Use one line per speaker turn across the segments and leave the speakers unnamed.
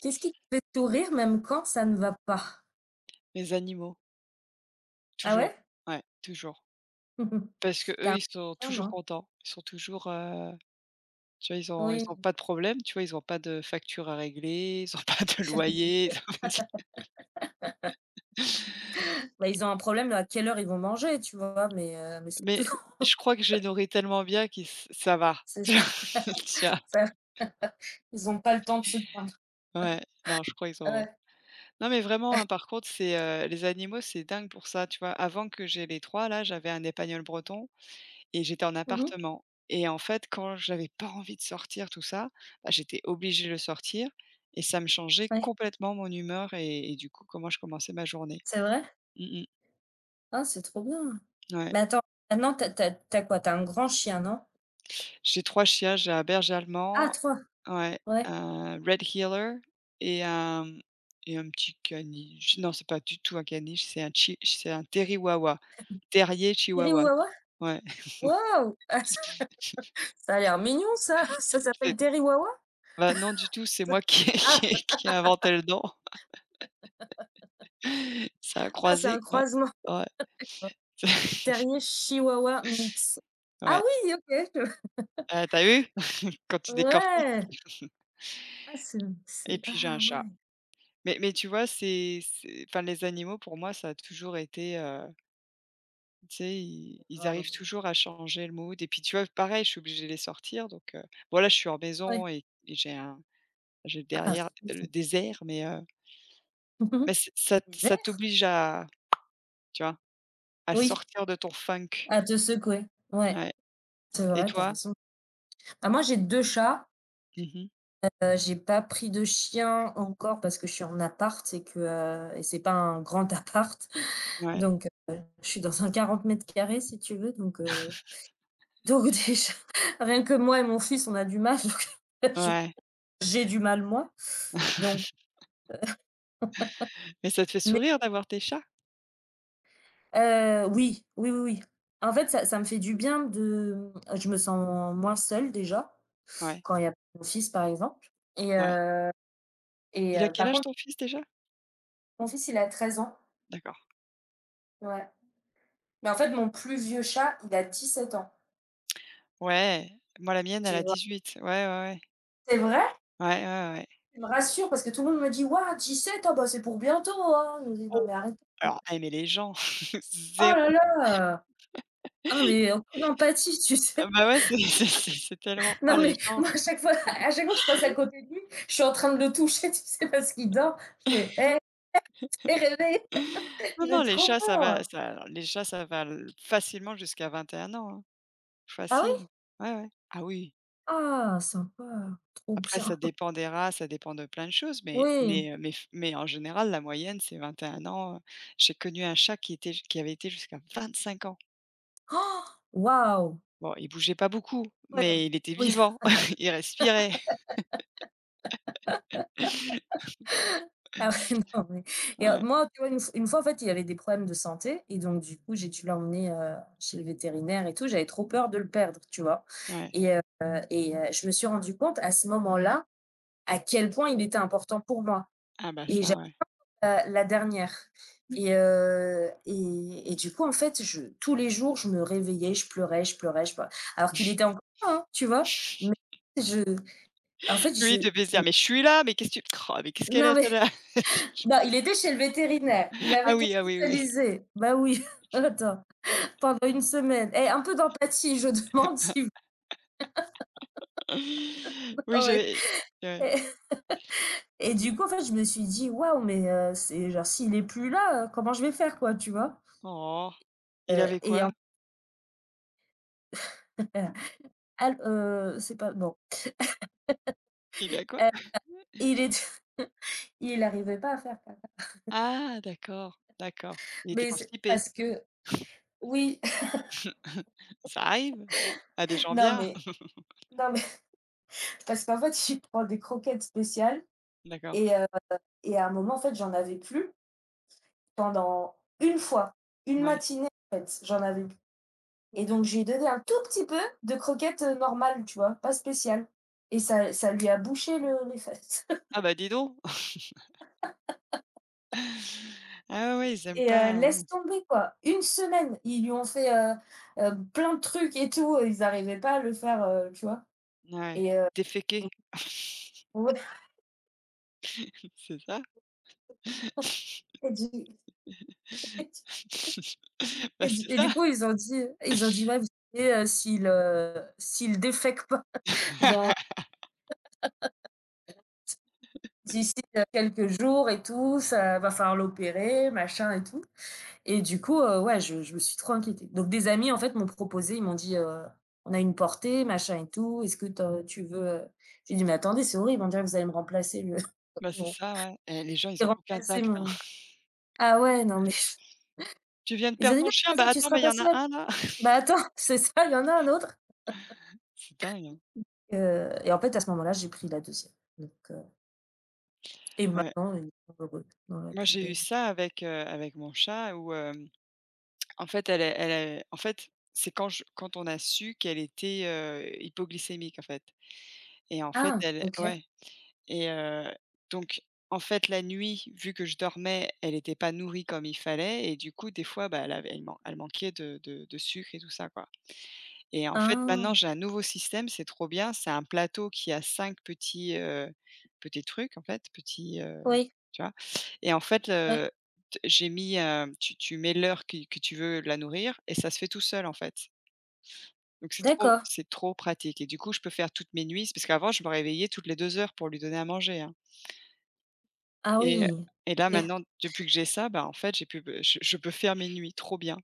Qu'est-ce qui te fait sourire même quand ça ne va pas?
Les animaux,
Ah
toujours,
ouais?
ouais, toujours. Parce que eux
T'as un
ils sont
chien,
toujours
non?
contents, ils sont toujours, tu vois, ils ont ils
Oui,
ont pas de problème, tu vois? Ils ont pas de facture à régler, ils ont pas de loyer, ils ont pas de-
bah, ils ont un problème à quelle heure ils vont manger, tu vois? Mais c'est
mais
tout.
je crois que je les nourris tellement bien qu'ils ça va.
C'est ça,
tiens.
ça ils ont pas le temps de se plaindre.
Ouais, non, je crois ils ont
Ouais.
non mais vraiment, hein, par contre, c'est, les animaux, c'est dingue pour ça, tu vois? Avant que j'ai les 3 là, j'avais un épagneul breton. Et j'étais en
Mmh.
appartement et en fait, quand j'avais pas envie de sortir tout ça, bah, j'étais obligée de le sortir et ça me changeait
Ouais,
complètement mon humeur et du coup, comment je commençais ma journée.
c'est vrai?
Mmh mh.
Ah, c'est trop bien.
Ouais.
Mais attends, maintenant t'as t'as tu quoi? T'as un grand chien, non?
J'ai 3 chiens, j'ai un berger
Ah
allemand,
trois.
ouais,
Ouais.
un red heeler et un et un petit caniche. Non, c'est pas du tout un caniche, c'est un chi c'est un terriwawa, terrier chihuahua.
Terriwawa?
Ouais, ouais,
Waouh! Ah, ça a l'air mignon ça. Ça
c'est
s'appelle Terriwawa?
bah, non du tout, c'est moi qui qui
Ah,
ai qui ai inventé le nom. Ça a
ah, c'est
croisé
un
quoi.
croisement
Ouais.
terrier chihuahua mix. Ah
Ouais,
oui, OK,
tu vu? Quand tu décortiques.
ouais! Ah, c'est
Et
c'est
puis j'ai un
ah
chat.
ouais!
Mais tu vois, c'est enfin, les animaux pour moi, ça a toujours été, tu sais, ils
Grave.
arrivent toujours à changer le mood et puis tu vois, pareil, je suis obligée de les sortir donc bon là, je suis en maison
Ouais.
et j'ai
Ah,
derrière
c'est fou ça.
le désert
Mmh mh.
mais ç ça t
Des
ça
airs?
t'oblige à tu vois, à
Oui,
sortir de ton funk.
à te secouer. Ouais,
Ouais.
c'est
Et
vrai, tu as
toi?
raison. Bah, moi, j'ai 2 chats,
Mmh.
j'ai pas pris de chien encore parce que je suis en appart et que et c'est pas un grand appart
Ouais,
donc je suis dans un 40 mètres carrés si tu veux donc donc déjà, rien que moi et mon fils, on a du mal donc je
ouais.
j'ai du mal moi donc
Mais ça te fait sourire
mais
d'avoir tes chats?
Oui, oui, oui, oui. En fait, ça me fait du bien de je me sens moins seule déjà,
Ouais,
quand il y a mon fils, par exemple. et
ouais.
heu
Il a quel
Par
âge
contre,
ton fils déjà?
mon fils, il a 13 ans,
D'accord.
ouais. Mais en fait, mon plus vieux chat, il a 17 ans,
Ouais, moi la mienne, elle
tu
a
vois?
18. Ouais, ouais, ouais.
«C'est vrai?»
Ouais, ouais, ouais.
Tu me rassures parce que tout le monde me dit: «Waouh, 17, ah bah, c'est pour bientôt, hein». Je dis:
Oh!
«Non mais arrêtez».
Alors, elle, mais les gens,
Oh là
zéro.
là! Ah mais aucune empathie, tu
Ah
sais?
bah, ouais, c'est c'est tellement oh
Non
les
mais
gens.
moi, à chaque fois, à chaque fois que je passe à côté de lui, je suis en train de le toucher, tu sais? Parce qu'il dort. Je fais: «Hé!» Et rêver,
Non,
j'ai
non, les
trop
chats, ça va
peur.
ça alors, les chats, ça va l facilement jusqu'à 21 ans, hein.
Ah
Facile.
oui?
Ouais, ouais. Ah oui.
Ah sympa, trop
Après ça
bien.
dépend des races, ça dépend de plein de choses,
Oui.
mais f mais en général, la moyenne, c'est 21 ans. J'ai connu un chat qui avait été jusqu'à 25 ans.
Oh, waouh!
Bon, il bougeait pas beaucoup,
Incroyable.
mais il était
Oui,
vivant, il respirait.
ah ouais, non, mais
Ouais,
moi, tu vois, une fois, en fait, il y avait des problèmes de santé et donc du coup, j'ai dû l'emmener, chez le vétérinaire et tout. J'avais trop peur de le perdre, tu vois?
ouais.
Et heu je me suis rendu compte à ce moment-là à quel point il était important pour moi.
Ah bah
Et j'a
ça, ouais.
La dernière et du coup, en fait, je tous les jours, je me réveillais, je pleurais, je pleurais, je pleu alors qu'il était encore là, hein, tu vois? Mais je en fait,
Lui, il
je
devait se dire: «Mais je suis là, mais qu'est-ce que tu oh, mais qu'est-ce qu'elle
non,
est
mais
celle-là?»
bah, il était chez le vétérinaire, il avait
Ah
été
oui, ah oui, oui.
hospitalisé. Bah, oui, attends, pendant une semaine. Et un peu d'empathie, je demande, tu vois?
Oui,
Ouais.
je ouais.
et et du coup, en fait, je me suis dit: «Waouh, mais c'est genre s'il est plus là, comment je vais faire, quoi?» tu vois?
Oh! Il avait
Et
quoi?
en fait, al c'est pas, non,
Il a quoi?
il était. Il arrivait pas à faire caca.
Ah d'accord, d'accord. Il était
Mais c'est
constipé.
parce que oui,
Ça arrive à des gens
non
bien.
mais non mais parce qu'en fait, il prends des croquettes spéciales
D'accord,
et heu et à un moment, en fait, j'en avais plus, pendant une fois, une
ouais.
matinée, en fait, j'en avais plus, et donc j'ai donné un tout petit peu de croquettes, normales, tu vois? Pas spéciales. Et ça lui a bouché le les fesses.
Ah bah dis donc! Ah ouais, ouais, ils aiment
Et
pas,
laisse tomber, quoi. Une semaine, ils lui ont fait, plein de trucs et tout, ils arrivaient pas à le faire, tu vois?
ouais,
Et heu
déféquer.
ouais
C'est ça.
et du
Bah,
Et du
c'est
et
ça.
du coup, ils ont dit: «Ouais, vous savez, s'il défèque pas dans d'ici, quelques jours et tout, ça va falloir l'opérer, machin et tout» et du coup, ouais, je me suis trop inquiétée. Donc des amis, en fait, m'ont proposé, ils m'ont dit, «On a une portée, machin et tout, est-ce que te tu veux, heu?» j'ai dit: «Mais attendez, c'est horrible, on dirait que vous allez me remplacer le
Bah, c'est
mon
ça, ouais. Eh, les gens, ils
et
ont aucun
remplacer
tact, hein.
mon» ah ouais, non mais
«Tu viens de
ils ont
perdre
dit:
ton
«Non,
chien?
comme
Bah,
ça, tu
attends,
seras
mais il y
pas
en a
seule».
un, là!»
Bah attends, c'est ça, il y en a un autre,
C'est dingue, hein.
et en fait, à ce moment-là, j'ai pris la 2 donc heu. Et
Ouais.
maintenant, ils sont heureux dans la
Moi,
plus.
j'ai eu ça avec, avec mon chat où, en fait, elle est en fait, c'est quand je quand on a su qu'elle était, hypoglycémique, en fait et en fait,
Ah,
elle
OK.
ouais. Et donc en fait, la nuit, vu que je dormais, elle était pas nourrie comme il fallait et du coup, des fois, bah, elle manquait de sucre et tout ça, quoi. Et en fait,
Ah,
maintenant, j'ai un nouveau système, c'est trop bien. C'est un plateau qui a 5 petits, petits trucs, en fait, petits,
oui,
tu vois? Et en fait,
ouais,
le t j'ai mis, tu mets l'heure qui que tu veux la nourrir et ça se fait tout seul, en fait. Donc
d'accord.
c'est trop pratique et du coup, je peux faire toutes mes nuits. Parce qu'avant, je me réveillais toutes les 2 heures pour lui donner à manger, hein.
Ah
Et
oui,
là
OK.
maintenant, depuis que j'ai ça, bah, en fait, j'ai pu je peux faire mes nuits, trop bien.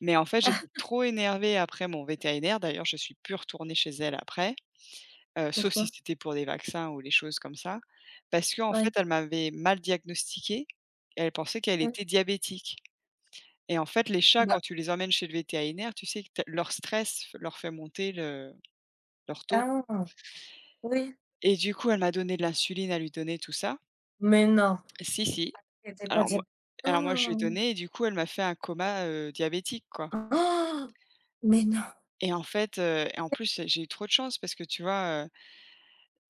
Mais en fait, j'étais
Ah,
trop énervée après mon vétérinaire, d'ailleurs, je suis plus retournée chez elle après, sauf si
pourquoi?
c'était pour des vaccins ou des choses comme ça. Parce qu'en fait,
Ouais.
elle m'avait mal diagnostiquée, elle pensait qu'elle
Mmh.
était diabétique et en fait, les chats,
Bah,
quand tu les emmènes chez le vétérinaire, tu sais que tu leur stress f leur fait monter le leur taux
ah, oui.
et du coup, elle m'a donné de l'insuline à lui donner, tout ça.
Mais non,
Si, si.
elle était pas
Alors moi
diab,
alors moi, je lui ai
ah!
donné et du coup, elle m'a fait un coma, diabétique, quoi.
Ah! Mais non.
Et en fait, et en plus, j'ai eu trop de chance parce que tu vois,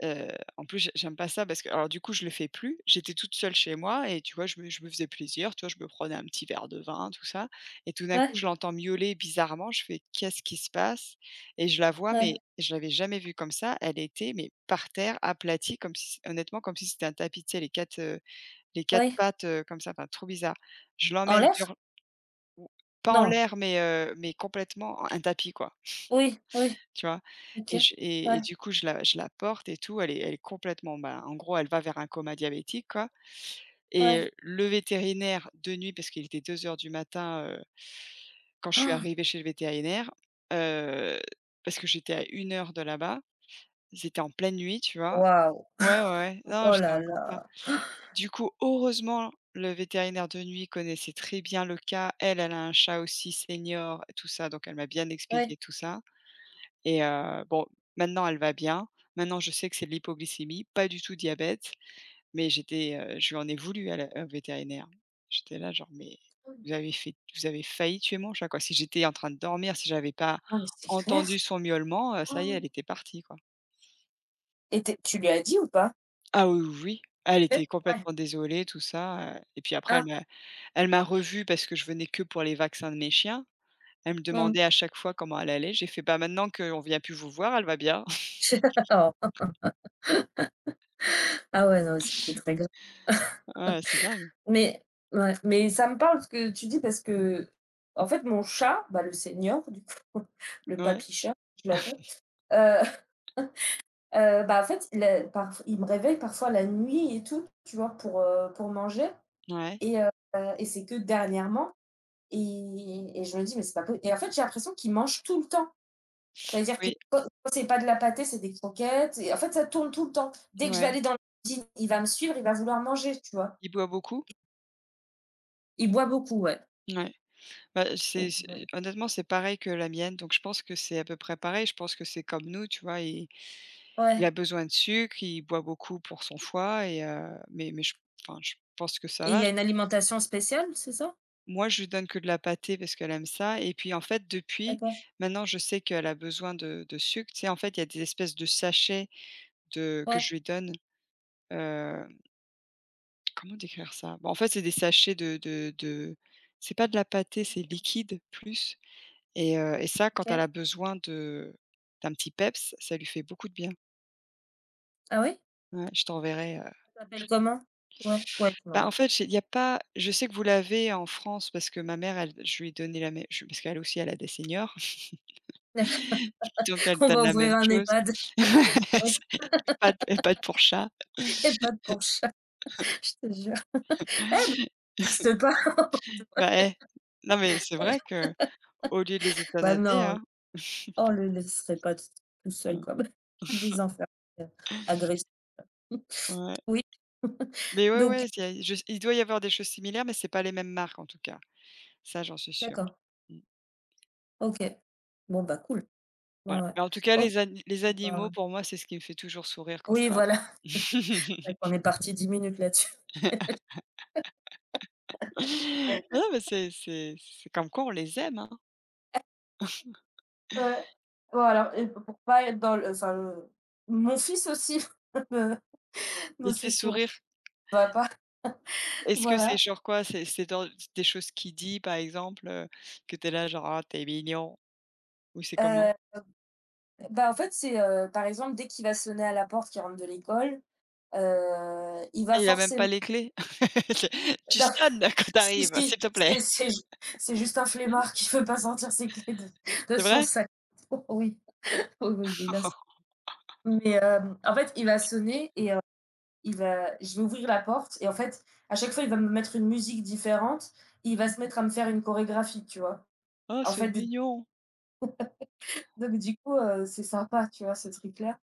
heu, en plus, j'aime pas ça parce que alors du coup, je le fais plus. J'étais toute seule chez moi et tu vois, je me faisais plaisir, tu vois? Je me prenais un petit verre de vin, tout ça et tout d'un coup,
Ouais,
je l'entends miauler bizarrement. Je fais: «Qu'est-ce qui se passe?» Et je la vois,
ouais,
mais je l'avais jamais vue comme ça. Elle était, mais par terre, aplatie, comme si honnêtement, comme si c'était un tapis, tu sais, les quatre
ouais.
pattes, comme ça, enfin trop bizarre. Je
En
l'emmène.
l'air?
Ou pas en
Non.
l'air, mais complètement un tapis, quoi,
Oui, oui,
tu vois?
OK.
Et je
Ouais,
et du coup, je la porte et tout, elle est complètement bah en gros, elle va vers un coma diabétique, quoi. Et
ouais.
le vétérinaire de nuit, parce qu'il était 2 heures du matin, quand je suis
Ah.
arrivée chez le vétérinaire, heu, parce que j'étais à 1 heure de là-bas, c'était en pleine nuit, tu vois?
Waouh!
Ouais, ouais, ouais. Non,
Oh
je te
là
raconte
là!
pas. Du coup, heureusement, le vétérinaire de nuit connaissait très bien le cas. Elle, elle a un chat aussi senior, tout ça, donc elle m'a bien
Ouais.
expliqué tout ça et bon, maintenant elle va bien. Maintenant, je sais que c'est de l'hypoglycémie, pas du tout diabète, mais j'étais, je lui en ai voulu à la au vétérinaire. J'étais là genre: «Mais vous avez failli tuer mon chat, quoi». Si j'étais en train de dormir, si j'avais pas
Ah mais c'est clair.
entendu son miaulement, ça y est,
Ah.
elle était partie, quoi.
Et tu lui as dit ou pas?
Ah oui, oui, oui. Elle était
Ouais.
complètement désolée, tout ça, et puis après elle
Ah,
m'a elle m'a revue parce que je venais que pour les vaccins de mes chiens. Elle me
mmh.
demandait à chaque fois comment elle allait. J'ai fait: «Bah, maintenant qu'on vient plus vous voir, elle va bien».
Oh. Ah ouais, non, c'est très grave.
Ouais, c'est dingue.
Mais ouais, mais ça me parle ce que tu dis parce que en fait, mon chat, bah, le senior, du coup, le
Ouais,
papy chat, je l'appelle, heu bah, en fait, il me réveille parfois la nuit et tout, tu vois, pour manger.
ouais,
et heu et c'est que dernièrement. Et je me dis: «Mais c'est pas po» et en fait, j'ai l'impression qu'il mange tout le temps. C'est-à-dire que
oui,
quand c'est pas de la pâtée, c'est des croquettes et en fait, ça tourne tout le temps. Dès que je vais
ouais.
aller dans la cuisine, il va me suivre, il va vouloir manger, tu vois?
Il boit beaucoup?
Il boit beaucoup, ouais.
Ouais. Bah, c'est
OK,
c'est
ouais.
honnêtement, c'est pareil que la mienne, donc je pense que c'est à peu près pareil. Je pense que c'est comme nous, tu vois? Il
Ouais,
a besoin de sucre, il boit beaucoup pour son foie et mais je enfin, je pense que ça
et il
va.
y a une alimentation spéciale, c'est ça?
Moi, je lui donne que de la pâtée parce qu'elle aime ça et puis, en fait, depuis,
D'accord,
maintenant, je sais qu'elle a besoin de sucre. Tu sais, en fait, il y a des espèces de sachets de que
ouais,
je lui donne, heu, comment décrire ça? Bah, en fait, c'est des sachets de c'est pas de la pâtée, c'est liquide plus et ça, quand elle
OK.
a besoin de d'un petit peps, ça lui fait beaucoup de bien.
Ah oui?
Ouais, je t'enverrai,
Ça s'appelle comment? Ouais, ouais, tu
bah, en
m'envoies.
fait, j'ai il y a pas je sais que vous l'avez en France parce que ma mère, elle je lui ai donné la mê je parce qu'elle aussi, elle a des seniors.
D'accord,
Donc elle
on
donne
va
la même
ouvrir un
chose.
EHPAD. Oui,
Pas de et pâtes pour chat.
EHPAD pour chat, je te jure. Eh ben, ça existe pas.
Bah, eh, non mais c'est vrai que au lieu de les
Bah
euthanasier,
non,
hein,
on le laisserait pas tout seul
mmh,
quoi des enfants, heu, agressifs.
ouais.
Oui,
Mais ouais,
donc
ouais, il doit y avoir des choses similaires, mais c'est pas les mêmes marques en tout cas. Ça, j'en suis sûre.
d'accord,
Mmh,
OK. Bon, bah, cool. Ouais,
voilà.
ouais.
Mais en tout cas,
OK.
les animaux
Ben,
pour moi, c'est ce qui me fait toujours sourire quand ça
oui,
va
voilà,
pas.
c'est vrai qu'on est parti 10 minutes là-dessus.
Non mais c'est comme quoi on les aime, hein.
Ouais. Voilà et p pour pas être dans le enfin, le mon fils aussi me me
Il te
fait
fait
sourire,
sourire.
ça va pas.
Est-ce que c'est
Voilà,
genre quoi? C'est dans des choses qu'il dit par exemple, que t'es là genre: «Ah, tu mignon». Ou c'est comment?
heu, bah, en fait, c'est, par exemple, dès qu'il va sonner à la porte, qu'il rentre de l'école, il va
Ah, il a même pas
forcément
les clés? Tu
non,
sonnes quand
si,
t'arrives, s'il
si,
te plaît.
c'est juste un flemmard qui veut pas sortir ses clés de
C'est
son
vrai?
sac. Oui, oui, oui, oui, là, c'est mais hem, en fait, il va sonner et il va je vais ouvrir la porte et en fait, à chaque fois, il va me mettre une musique différente et il va se mettre à me faire une chorégraphie, tu vois?
Oh,
En
c'est
fait, d
mignon.
donc du coup, c'est sympa, tu vois, ce truc-là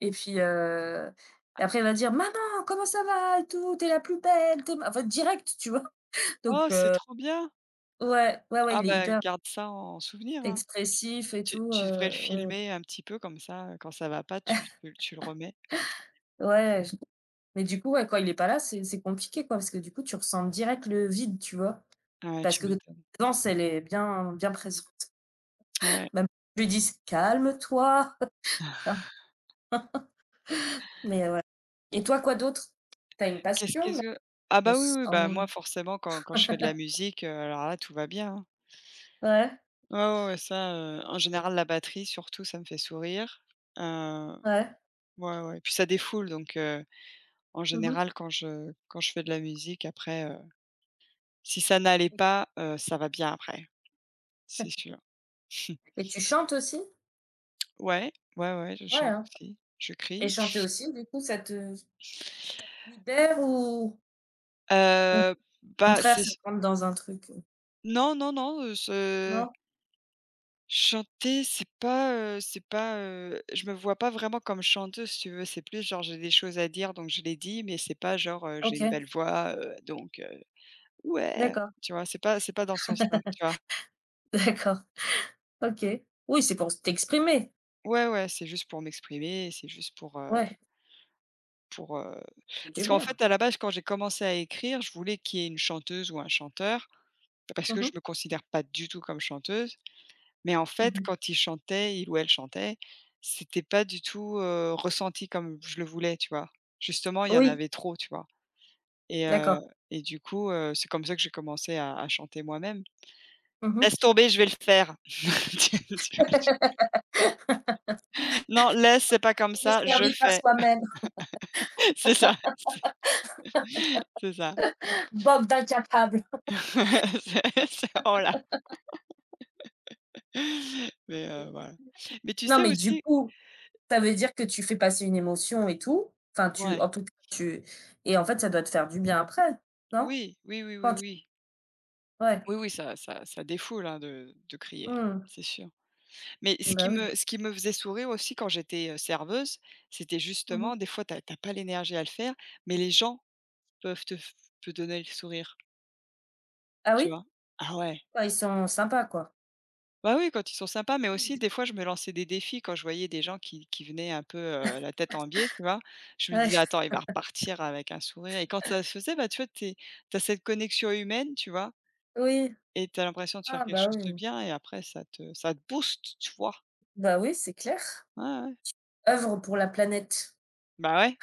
et puis, après, il va dire: «Maman, comment ça va et tout? T'es la plus belle, t'es ma» en fait, direct, tu vois? Donc
Oh, c'est trop bien.
ouais, ouais, ouais,
Ah
il est
bah,
hyper
garde ça en souvenir, hein.
expressif et
Tu
tout,
tu devrais le
ouais,
filmer un petit peu comme ça, quand ça va pas, tu le remets.
ouais, j mais du coup, ouais, quand il est pas là, c'est compliqué, quoi, parce que du coup, tu ressens direct le vide, tu vois?
Ouais,
Parce
tu
que la
m'étonnes.
présence, elle est bien bien présente.
Ouais.
Même si je lui dis calme-toi. Mais voilà. Et toi, quoi d'autre? T'as une passion,
Qu'est-ce que ah
me
bah, oui, oui, oui, bah, moi
semble.
forcément quand je fais de la musique, alors là, tout va bien, hein.
Ouais,
Ouais, ouais, ouais, ça, en général la batterie surtout, ça me fait sourire. Heu,
ouais.
ouais, ouais, et puis ça défoule donc en
Mmh.
général, quand je fais de la musique après, si ça n'allait
Oui.
pas, ça va bien après, c'est sûr.
Et tu chantes aussi?
Ouais, ouais, ouais, je
Ouais,
chante
hein.
aussi, je
Et
crie.
chanter aussi, du coup, ça te libère ou
Heu,
au
bah,
contraire,
c'est
ça te rentre dans un truc, heu?
non, non, non, ce
Non?
chanter, c'est pas, je me vois pas vraiment comme chanteuse, si tu veux. C'est plus genre j'ai des choses à dire, donc je les dis, mais c'est pas genre, j'ai une
OK,
belle voix, donc ouais,
d'accord,
tu vois? C'est pas dans ce sens-là, tu vois?
d'accord, OK. Oui, c'est pour t'exprimer.
Ouais, ouais, c'est juste pour m'exprimer,
Ouais,
Pour,
ça fait du
parce qu'en fait,
bien.
à la base, quand j'ai commencé à écrire, je voulais qu'il y ait une chanteuse ou un chanteur, parce
Mmh
que
mh.
je me considère pas du tout comme chanteuse. Mais en fait,
Mmh.
quand il chantait, il ou elle chantait, c'était pas du tout, ressenti comme je le voulais, tu vois? Justement, il y en
Oui,
avait trop, tu vois? Et heu
d'accord.
et du coup, c'est comme ça que j'ai commencé à chanter moi-même.
Mmh
«Laisse
mh.
tomber, je vais le faire!» Tu vois? «Non, laisse, c'est pas comme ça, je le
Mieux par
fais!»
soi-même.
C'est ça, c'est c'est ça.
bob d'incapable.
C'est oh là. Mais voilà. Mais tu
Non,
sais
mais du
aussi
coup, ça veut dire que tu fais passer une émotion et tout. Enfin, tu,
ouais.
en tout cas, tu, et en fait, ça doit te faire du bien après, non?
Oui, oui, oui, oui,
Quand tu,
oui.
ouais,
Oui, oui, ça défoule, hein, de crier,
mmh,
c'est sûr. Mais ce qui
bah, oui.
me ce qui me faisait sourire aussi quand j'étais, serveuse, c'était
Mmh.
justement des fois t'as as pas l'énergie à le faire, mais les gens peuvent te donner le sourire,
Ah
tu
oui?
vois? Ah ouais.
Bah, ils sont sympas, quoi.
Bah, oui, quand ils sont sympas, mais
Oui.
aussi des fois je me lançais des défis quand je voyais des gens qui venaient un peu, la tête en biais, tu vois? Je me
Ouais,
disais: «Attends, il va repartir avec un sourire» et quand ça se faisait, bah, tu vois, tu es cette connexion humaine, tu vois?
oui.
Et t'as l'impression de faire
Ah
quelque
bah,
chose de
oui.
bien et après ça te booste, tu vois?
Bah, oui, c'est clair.
Ouais, ouais.
Œuvre pour la planète.
Bah, ouais.